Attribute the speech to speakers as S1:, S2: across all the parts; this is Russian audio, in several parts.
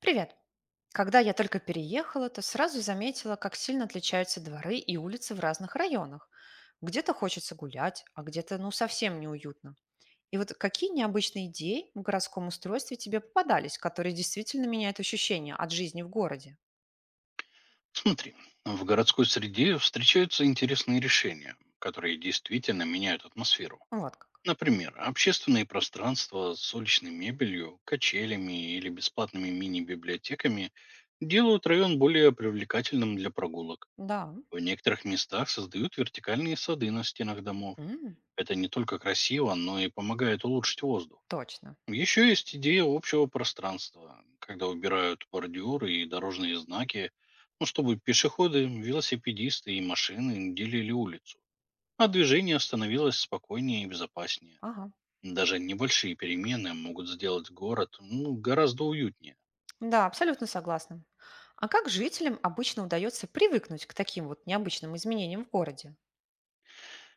S1: Привет. Когда я только переехала, то сразу заметила, как сильно отличаются дворы и улицы в разных районах. Где-то хочется гулять, а где-то ну совсем неуютно. И вот какие необычные идеи в городском устройстве тебе попадались, которые действительно меняют ощущение от жизни в городе?
S2: Смотри, в городской среде встречаются интересные решения, которые действительно меняют атмосферу.
S1: Вот как.
S2: Например, общественные пространства с уличной мебелью, качелями или бесплатными мини-библиотеками делают район более привлекательным для прогулок.
S1: Да,
S2: В некоторых местах создают вертикальные сады на стенах домов.
S1: м,
S2: Это не только красиво, но и помогает улучшить воздух.
S1: точно.
S2: Еще есть идея общего пространства, когда убирают бордюры и дорожные знаки, ну, чтобы пешеходы, велосипедисты и машины делили улицу, а движение становилось спокойнее и безопаснее.
S1: Ага.
S2: Даже небольшие перемены могут сделать город ну, гораздо уютнее.
S1: Да, абсолютно согласна. А как жителям обычно удается привыкнуть к таким вот необычным изменениям в городе?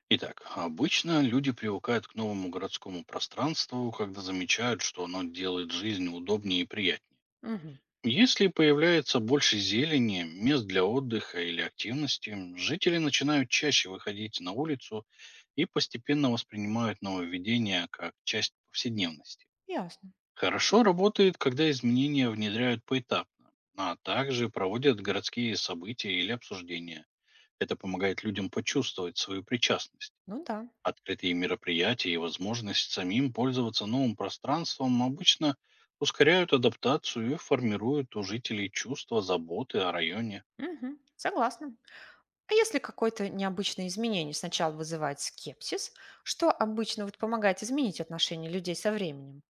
S2: Итак, обычно люди привыкают к новому городскому пространству, когда замечают, что оно делает жизнь удобнее и приятнее.
S1: Угу,
S2: Если появляется больше зелени, мест для отдыха или активности, жители начинают чаще выходить на улицу и постепенно воспринимают нововведения как часть повседневности.
S1: ясно.
S2: Хорошо работает, когда изменения внедряют поэтапно, а также проводят городские события или обсуждения. Это помогает людям почувствовать свою причастность.
S1: Ну да.
S2: Открытые мероприятия и возможность самим пользоваться новым пространством обычно ускоряют адаптацию и формируют у жителей чувство заботы о районе.
S1: Угу, согласна. А если какое-то необычное изменение сначала вызывает скепсис, что обычно вот помогает изменить отношение людей со временем?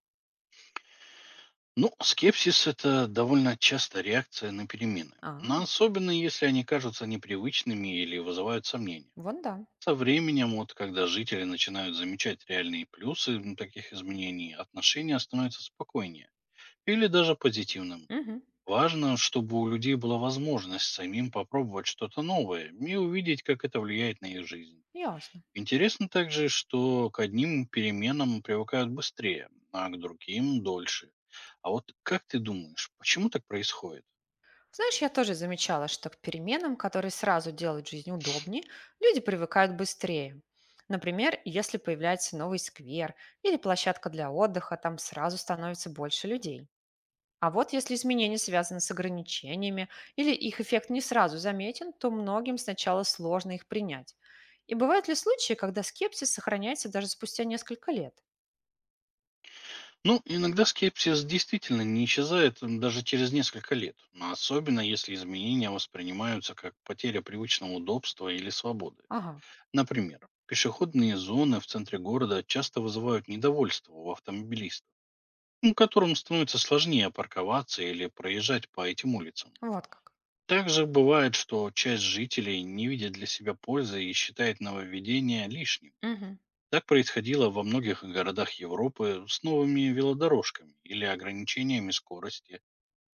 S2: Ну, а скепсис – это довольно часто реакция на перемены,
S1: А,
S2: но особенно если они кажутся непривычными или вызывают сомнения.
S1: вон да.
S2: Со временем, вот когда жители начинают замечать реальные плюсы таких изменений, отношения становятся спокойнее или даже позитивным.
S1: Мгм.
S2: Важно, чтобы у людей была возможность самим попробовать что-то новое и увидеть, как это влияет на их жизнь.
S1: Ясно.
S2: Интересно также, что к одним переменам привыкают быстрее, а к другим – дольше. А вот как ты думаешь, почему так происходит?
S1: Знаешь, я тоже замечала, что к переменам, которые сразу делают жизнь удобнее, люди привыкают быстрее. Например, если появляется новый сквер или площадка для отдыха, там сразу становится больше людей. А вот если изменения связаны с ограничениями или их эффект не сразу заметен, то многим сначала сложно их принять. И бывают ли случаи, когда скепсис сохраняется даже спустя несколько лет?
S2: Ну, иногда скепсис действительно не исчезает даже через несколько лет, но особенно если изменения воспринимаются как потеря привычного удобства или свободы.
S1: Ага,
S2: Например, пешеходные зоны в центре города часто вызывают недовольство у автомобилистов ну, которым становится сложнее парковаться или проезжать по этим улицам.
S1: вот как.
S2: Также бывает, что часть жителей не видит для себя пользы и считает нововведение лишним.
S1: Мгм.
S2: Так происходило во многих городах Европы с новыми велодорожками или ограничениями скорости,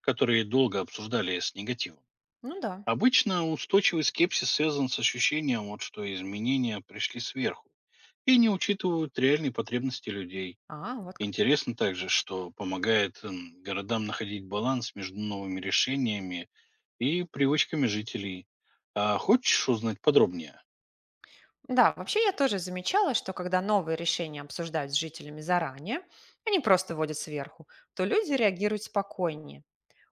S2: которые долго обсуждали с негативом.
S1: Ну да.
S2: Обычно устойчивый скепсис связан с ощущением, вот, что изменения пришли сверху и не учитывают реальные потребности людей.
S1: А, вот как.
S2: Интересно также, что помогает городам находить баланс между новыми решениями и привычками жителей. А хочешь узнать подробнее?
S1: Да, вообще я тоже замечала, что когда новые решения обсуждают с жителями заранее, они просто вводят сверху, то люди реагируют спокойнее.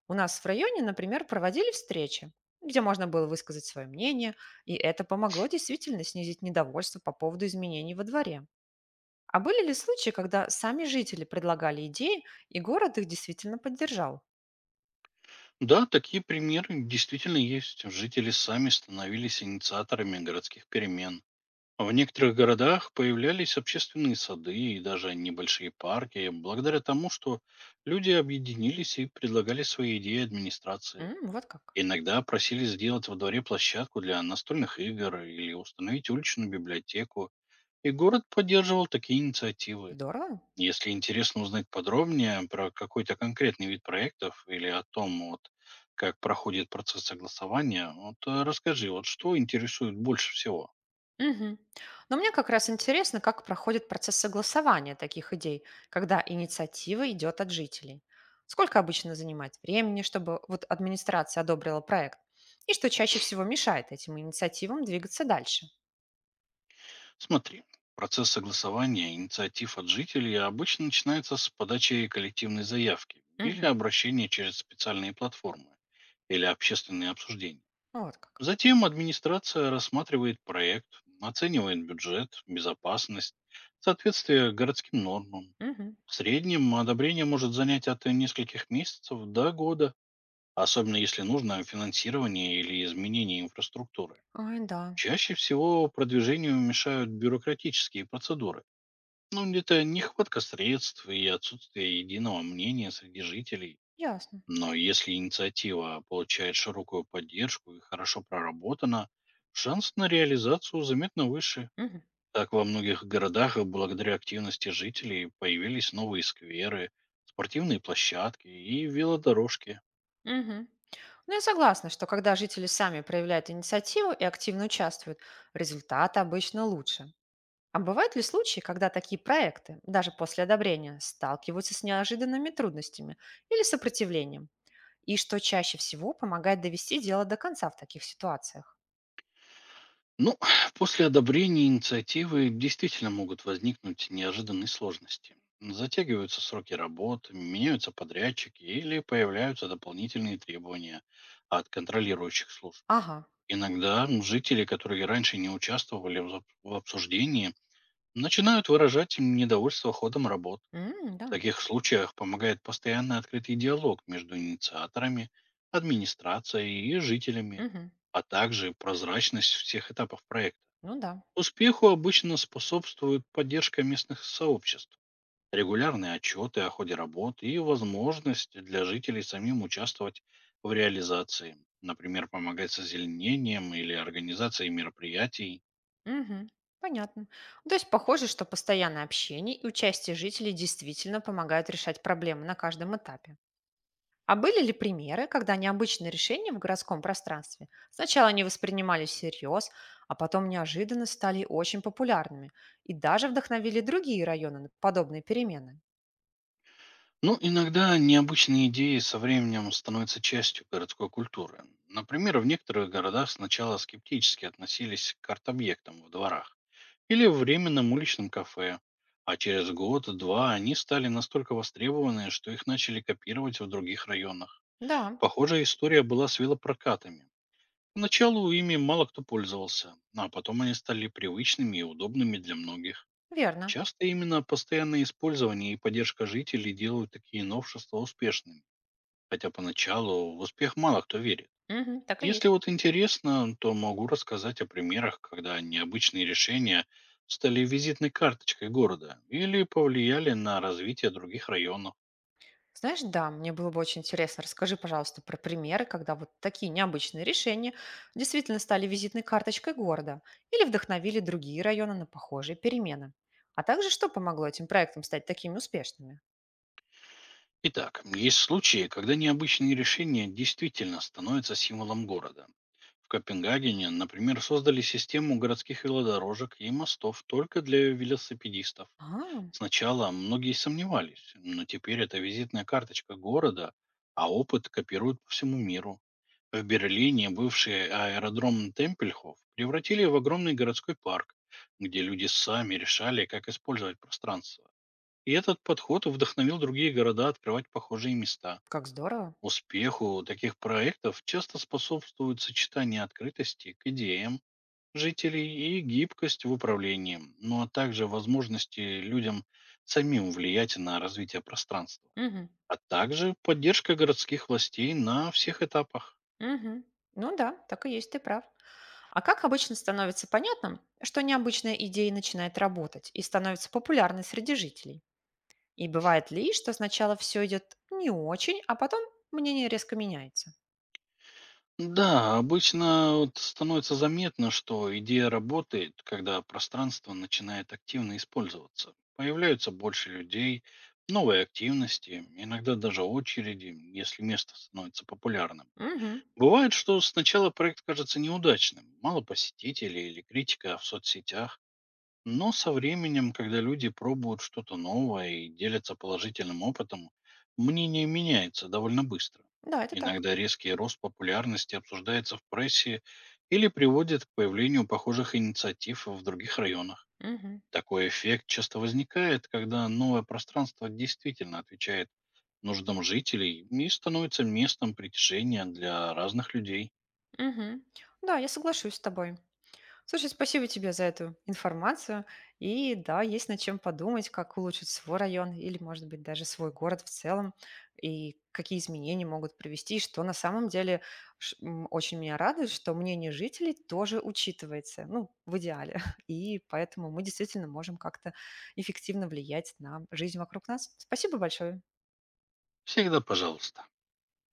S1: У нас в районе, например, проводили встречи, где можно было высказать свое мнение, и это помогло действительно снизить недовольство по поводу изменений во дворе. А были ли случаи, когда сами жители предлагали идеи, и город их действительно поддержал?
S2: Да, такие примеры действительно есть. Жители сами становились инициаторами городских перемен. В некоторых городах появлялись общественные сады и даже небольшие парки, благодаря тому, что люди объединились и предлагали свои идеи администрации.
S1: М, вот как.
S2: Иногда просили сделать во дворе площадку для настольных игр или установить уличную библиотеку, и город поддерживал такие инициативы.
S1: Здорово.
S2: Если интересно узнать подробнее про какой-то конкретный вид проектов или о том, вот, как проходит процесс согласования, вот, расскажи, вот что интересует больше всего.
S1: Мгм. Но мне как раз интересно, как проходит процесс согласования таких идей, когда инициатива идет от жителей. Сколько обычно занимает времени, чтобы вот администрация одобрила проект? И что чаще всего мешает этим инициативам двигаться дальше?
S2: Смотри, процесс согласования инициатив от жителей обычно начинается с подачи коллективной заявки или
S1: Мгм.
S2: обращения через специальные платформы или общественные обсуждения.
S1: Вот как.
S2: Затем администрация рассматривает проект, оценивает бюджет, безопасность, соответствие городским нормам.
S1: Мгм.
S2: В среднем одобрение может занять от нескольких месяцев до года, особенно если нужно финансирование или изменение инфраструктуры.
S1: Ой, да,
S2: Чаще всего продвижению мешают бюрократические процедуры. Ну, это нехватка средств и отсутствие единого мнения среди жителей.
S1: ясно.
S2: Но если инициатива получает широкую поддержку и хорошо проработана, шанс на реализацию заметно выше.
S1: Мгм.
S2: Так во многих городах и благодаря активности жителей появились новые скверы, спортивные площадки и велодорожки.
S1: Мгм. Ну, я согласна, что когда жители сами проявляют инициативу и активно участвуют, результат обычно лучше. А бывают ли случаи, когда такие проекты, даже после одобрения, сталкиваются с неожиданными трудностями или сопротивлением? И что чаще всего помогает довести дело до конца в таких ситуациях?
S2: Ну, после одобрения инициативы действительно могут возникнуть неожиданные сложности. Затягиваются сроки работ, меняются подрядчики или появляются дополнительные требования от контролирующих служб.
S1: Ага.
S2: Иногда жители, которые раньше не участвовали в обсуждении, начинают выражать им недовольство ходом работ.
S1: М,
S2: В
S1: да.
S2: таких случаях помогает постоянный открытый диалог между инициаторами, администрацией и жителями,
S1: Мгм.
S2: а также прозрачность всех этапов проекта.
S1: Ну да.
S2: Успеху обычно способствует поддержка местных сообществ, регулярные отчеты о ходе работ и возможность для жителей самим участвовать в реализации, например, помогать с озеленением или организацией мероприятий.
S1: Мгм. Понятно. То есть похоже, что постоянное общение и участие жителей действительно помогают решать проблемы на каждом этапе. А были ли примеры, когда необычные решения в городском пространстве сначала не воспринимались всерьез, а потом неожиданно стали очень популярными и даже вдохновили другие районы на подобные перемены?
S2: Но иногда необычные идеи со временем становятся частью городской культуры. Например, в некоторых городах сначала скептически относились к арт-объектам в дворах или временным уличным кафе, а через год-два они стали настолько востребованы, что их начали копировать в других районах.
S1: Да,
S2: Похожая история была с велопрокатами. Поначалу ими мало кто пользовался, а потом они стали привычными и удобными для многих.
S1: верно.
S2: Часто именно постоянное использование и поддержка жителей делают такие новшества успешными, хотя поначалу в успех мало кто верит.
S1: Мгм, так и
S2: Если
S1: есть.
S2: вот интересно, то могу рассказать о примерах, когда необычные решения стали визитной карточкой города или повлияли на развитие других районов.
S1: Знаешь, да, мне было бы очень интересно. Расскажи, пожалуйста, про примеры, когда вот такие необычные решения действительно стали визитной карточкой города или вдохновили другие районы на похожие перемены. А также, что помогло этим проектам стать такими успешными?
S2: Итак, есть случаи, когда необычные решения действительно становятся символом города. В Копенгагене, например, создали систему городских велодорожек и мостов только для велосипедистов.
S1: А,
S2: Сначала многие сомневались, но теперь это визитная карточка города, а опыт копируют по всему миру. В Берлине бывший аэродром Темпельхоф превратили в огромный городской парк, где люди сами решали, как использовать пространство. И этот подход вдохновил другие города открывать похожие места.
S1: как здорово.
S2: Успеху таких проектов часто способствует сочетание открытости к идеям жителей и гибкость в управлении, ну а также возможности людям самим влиять на развитие пространства,
S1: Мгм.
S2: а также поддержка городских властей на всех этапах.
S1: Мгм. Ну да, так и есть, ты прав. А как обычно становится понятным, что необычная идея начинает работать и становится популярной среди жителей? И бывает ли, что сначала все идет не очень, а потом мнение резко меняется?
S2: Да, обычно вот становится заметно, что идея работает, когда пространство начинает активно использоваться. Появляются больше людей, новые активности, иногда даже очереди, если место становится популярным.
S1: Мгм.
S2: Бывает, что сначала проект кажется неудачным, мало посетителей или критика в соцсетях, но со временем, когда люди пробуют что-то новое и делятся положительным опытом, мнение меняется довольно быстро.
S1: Да, это так.
S2: Иногда резкий рост популярности обсуждается в прессе или приводит к появлению похожих инициатив в других районах.
S1: Мгм.
S2: Такой эффект часто возникает, когда новое пространство действительно отвечает нуждам жителей и становится местом притяжения для разных людей.
S1: Мгм. Да, я соглашусь с тобой. Слушай, спасибо тебе за эту информацию. И да, есть над чем подумать, как улучшить свой район или, может быть, даже свой город в целом, и какие изменения могут привести, и что на самом деле очень меня радует, что мнение жителей тоже учитывается, ну, в идеале. И поэтому мы действительно можем как-то эффективно влиять на жизнь вокруг нас. Спасибо большое.
S2: Всегда пожалуйста.